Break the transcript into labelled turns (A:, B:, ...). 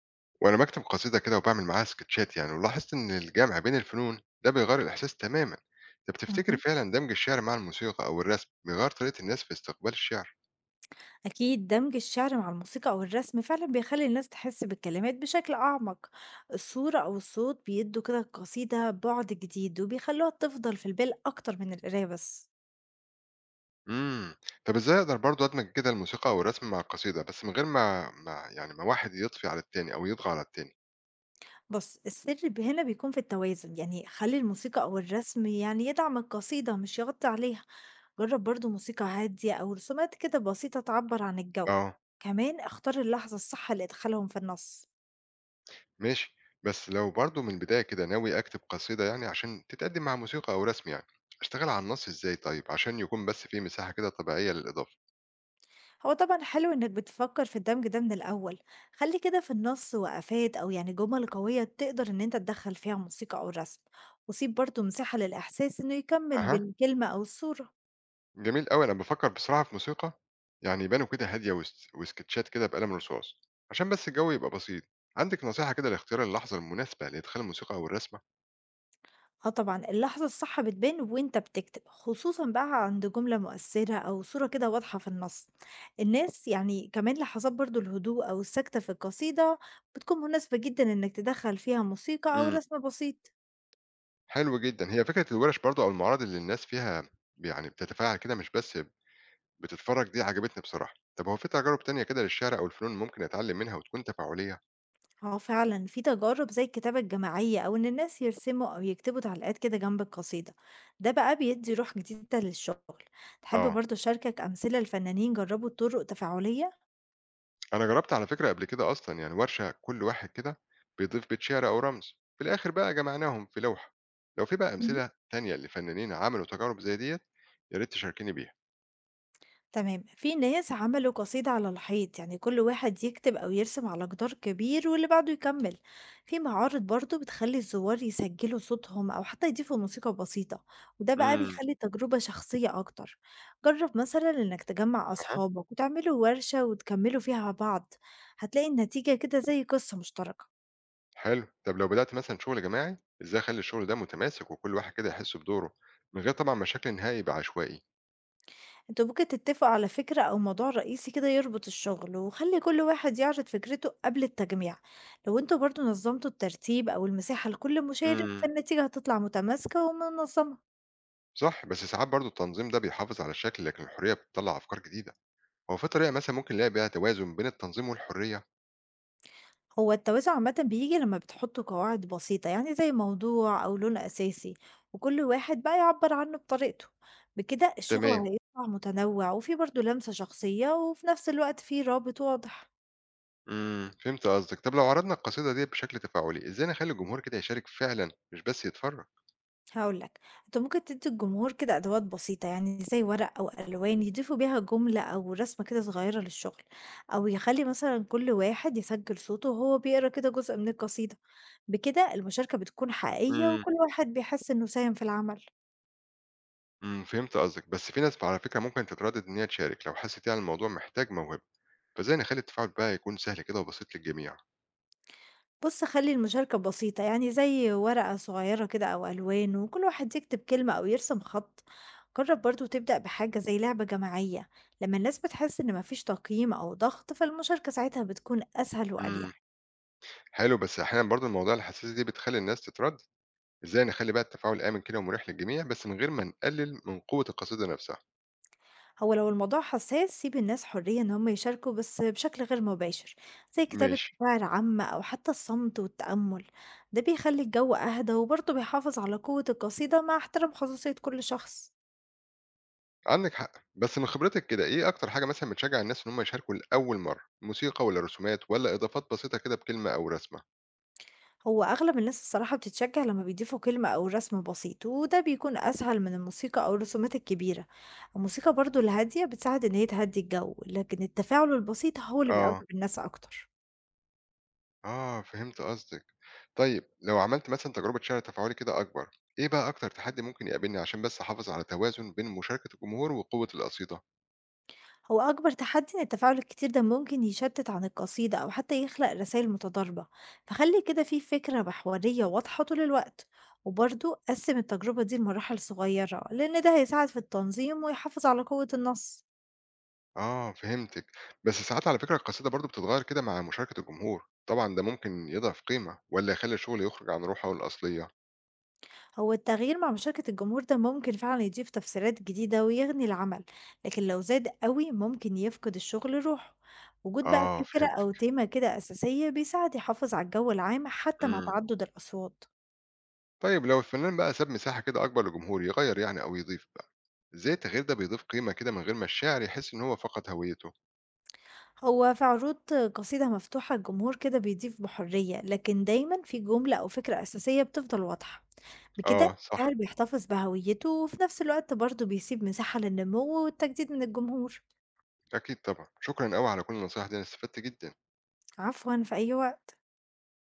A: وانا بكتب قصيده كده وبعمل معاها سكتشات يعني، ولاحظت ان الجمع بين الفنون ده بيغير الاحساس تماما. طب تفتكر
B: اهم.
A: فعلا دمج الشعر مع الموسيقى او الرسم بيغير طريقه الناس في استقبال الشعر؟
B: أكيد دمج الشعر مع الموسيقى أو الرسم فعلا بيخلي الناس تحس بالكلمات بشكل أعمق. الصورة أو الصوت بيدوا كده القصيدة بعد جديد وبيخلوها تفضل في البال أكتر من القراية بس.
A: امم طب ازاي اقدر برضو ادمج كده الموسيقى او الرسم مع القصيده، بس من غير ما واحد يطفي على التاني او يطغى على التاني.
B: بص السر هنا بيكون في التوازن، يعني خلي الموسيقى أو الرسم يعني يدعم القصيدة مش يغطي عليها. جرب برضو موسيقى هادية أو رسومات كده بسيطة تعبر عن الجو.
A: اه،
B: كمان اختار اللحظة الصح لإدخالهم في النص.
A: ماشي. بس لو برضو من البدايه كده ناوي اكتب قصيده يعني عشان تتقدم مع موسيقى او رسم، يعني اشتغل على النص ازاي طيب عشان يكون بس فيه مساحه كده طبيعيه للاضافه؟
B: هو طبعا حلو انك بتفكر في الدمج ده من الاول. خلي كده في النص وقفات او يعني جمل قوية تقدر ان انت تدخل فيها موسيقى او رسم. وسيب برضو مساحة للاحساس انه يكمل
A: اها،
B: بالكلمة او الصورة.
A: جميل أوي، أنا بافكّر بصراحة في موسيقى يعني يبانوا كده هادية وس وسكتشات كده بقلم رصاص، عشان بس الجو يبقى بسيط. عندِك نصيحة كده لاختيار اللحظة المناسبة لإدخال الموسيقى أو الرسمة؟
B: اه طبعا اللحظة الصح بتبان وانت بتكتب، خصوصا بقى عند جملة مؤثرة او صورة كده واضحة في النص. الناس يعني كمان لحظات برضو الهدوء او السكتة في القصيدة بتكون مناسبة جدا انك تدخل فيها موسيقى او
A: إمم.
B: رسم بسيط.
A: حلو جدًا، هي فكرة الورش برضه أو المعارض اللي الناس فيها يعني بتتفاعل كده، مش بس بتتفرّج، دي عجبتني بصراحة. طب هو في تجارب تانية كده للشعر أو الفنون ممكن أتعلّم منها وتكون تفاعلية؟
B: اه فعلا في تجارب زي الكتابة الجماعية أو إن الناس يرسموا أو يكتبوا تعليقات كده جنب القصيدة. ده بقى بيدي روح جديدة للشغل. تحب
A: آه.
B: برضه أشاركك أمثلة لفنانين جربوا طرق تفاعلية؟
A: أنا جربت على فكرة قبل كده أصلًا، يعني ورشة كل واحد كده بيضيف بيت شعر أو رمز، في الآخر بقى جمعناهم في لوحة. لو في بقى أمثلة تانية لفنانين عملوا تجارب زي ديّة، يا ريت تشاركيني بيها.
B: تمام، في ناس عملوا قصيدة على الحيط، يعني كل واحد يكتب أو يرسم على جدار كبير واللي بعده يكمل. في معارض برضو بتخلي الزوار يسجلوا صوتهم أو حتى يضيفوا موسيقى بسيطة، وده بقى
A: امم.
B: بيخلي التجربة شخصية أكتر. جرب مثلا إنك تجمع
A: أها.
B: أصحابك وتعملوا ورشة وتكملوا فيها مع بعض. هتلاقي النتيجة كده زي قصة مشتركة.
A: حلو. طب لو بدأت مثلًا شغل جماعي، إزاي أخلّي الشغل ده متماسك وكل واحد كده يحس بدوره، من غير طبعًا ما الشكل النهائي يبقى عشوائي؟
B: انتوا ممكن تتفقوا على فكرة أو موضوع رئيسي كده يربط الشغل، وخلي كل واحد يعرض فكرته قبل التجميع. لو انتوا برضو نظمتوا الترتيب أو المساحة لكل مشارك
A: امم.
B: فالنتيجة هتطلع متماسكة ومنظمة.
A: صح، بس ساعات برضه التنظيم ده بيحافظ على الشكل، لكن الحرية بتطلّع أفكار جديدة. هو في طريقة مثلًا ممكن نلاقي بيها توازن بين التنظيم والحرية؟
B: هو التوازن عامة بيجي لما بتحطوا قواعد بسيطة، يعني زي موضوع أو لون أساسي، وكل واحد بقى يعبر عنه بطريقته. بكده الشغل
A: تمام.
B: هيطلع متنوع وفيه برضو لمسة شخصية وفي نفس الوقت فيه رابط واضح.
A: إمم، فهمت قصدك. طب لو عرضنا القصيدة ديّة بشكل تفاعلي، إزاي نخلّي الجمهور كده يشارك فعلًا مش بس يتفرّج؟
B: هاقول لك، أنت ممكن تدّي الجمهور كده أدوات بسيطة، يعني زي ورق أو ألوان يضيفوا بيها جملة أو رسمة كده صغيرة للشغل، أو يخلّي مثلًا كل واحد يسجّل صوته وهو بيقرا كده جزء من القصيدة. بكده المشاركة بتكون حقيقية
A: إمم.
B: وكل واحد بيحس إنه ساهم في العمل.
A: فهمت قصدك. بس في ناس على فكرة ممكن تتردد إن هي تشارك لو حسّت يعني الموضوع محتاج موهبة، فإزاي نخلّي التفاعل بقى يكون سهل كده وبسيط للجميع؟
B: بُص خلّي المشاركة بسيطة، يعني زي ورقة صغيرة كده أو ألوان، وكل واحد يكتب كلمة أو يرسم خط. جرّب برضه تبدأ بحاجة زي لعبة جماعية، لمّا الناس بتحس إن ما فيش تقييم أو ضغط، فالمشاركة ساعتها بتكون أسهل
A: إمم.
B: وأريح.
A: حلو، بس أحيانًا برضه المواضيع الحساسة دي بتخلّي الناس تتردد، إزاي نخلّي بقى التفاعل آمن كده ومريح للجميع بس من غير ما نقلل من قوة القصيدة نفسها؟
B: هو لو الموضوع حساس سيب الناس حرية إن هم يشاركوا بس بشكل غير مباشر، زي كتابة
A: ماشي.
B: مشاعر عامة أو حتى الصمت والتأمل. ده بيخلي الجو أهدى وبرضه بيحافظ على قوة القصيدة مع احترام خصوصية كل شخص.
A: عندِك حق، بس من خبرتِك كده، إيه أكتر حاجة مثلًا بتشجّع الناس إن هُم يشاركوا لأول مرّة، موسيقى والّا رسومات والّا إضافات بسيطة كده بكلمة أو رسمة؟
B: هو أغلب الناس الصراحة بتتشجع لما بيضيفوا كلمة أو رسم بسيط، وده بيكون أسهل من الموسيقى أو الرسومات الكبيرة. الموسيقى برضه الهادية بتساعد إن هي تهدي الجو، لكن التفاعل البسيط هو اللي
A: آه.
B: بيقرب الناس أكتر.
A: آه، فهمت قصدِك. طيب لو عملت مثلًا تجربة شِعر تفاعلي كده أكبر، إيه بقى أكتر تحدي ممكن يقابلني عشان بس أحافظ على توازن بين مشاركة الجمهور وقوة القصيدة؟
B: هو أكبر تحدي إن التفاعل الكتير ده ممكن يشتت عن القصيدة أو حتى يخلق رسائل متضاربة، فخلي كده في فكرة محورية واضحة طول الوقت. وبرضه قسم التجربة دي لمراحل صغيرة، لأن ده هيساعد في التنظيم ويحافظ على قوة النص.
A: آه، فهمتِك. بس ساعات على فكرة القصيدة برضه بتتغيّر كده مع مشاركة الجمهور، طبعًا ده ممكن يضعف قيمة والّا يخلّي الشغل يخرج عن روحه الأصلية؟
B: هو التغيير مع مشاركة الجمهور ده ممكن فعلا يضيف تفسيرات جديدة ويغني العمل، لكن لو زاد قوي ممكن يفقد الشغل روحه. وجود بقى
A: آه،
B: فكرة
A: فهمتِك.
B: أو تيمة كده أساسية بيساعد يحافظ على الجو العام حتى مع
A: إمم.
B: تعدد الأصوات.
A: طيب لو الفنان بقى ساب مساحة كده أكبر للجمهور يغير يعني أو يضيف بقى، إزاي التغيير ده بيضيف قيمة كده من غير ما الشاعر يحس إن هو فقد هويته؟
B: هو في عروض قصيدة مفتوحة الجمهور كده بيضيف بحرية، لكن دايما في جملة أو فكرة أساسية بتفضل واضحة. بكده
A: آه، صح.
B: الشاعر بيحتفظ بهويته وفي نفس الوقت برضه بيسيب مساحة للنمو والتجديد من الجمهور.
A: أكيد طبعا، شكرا أوي على كل النصايح دي، أنا استفدت جدا.
B: عفوا، في أي وقت.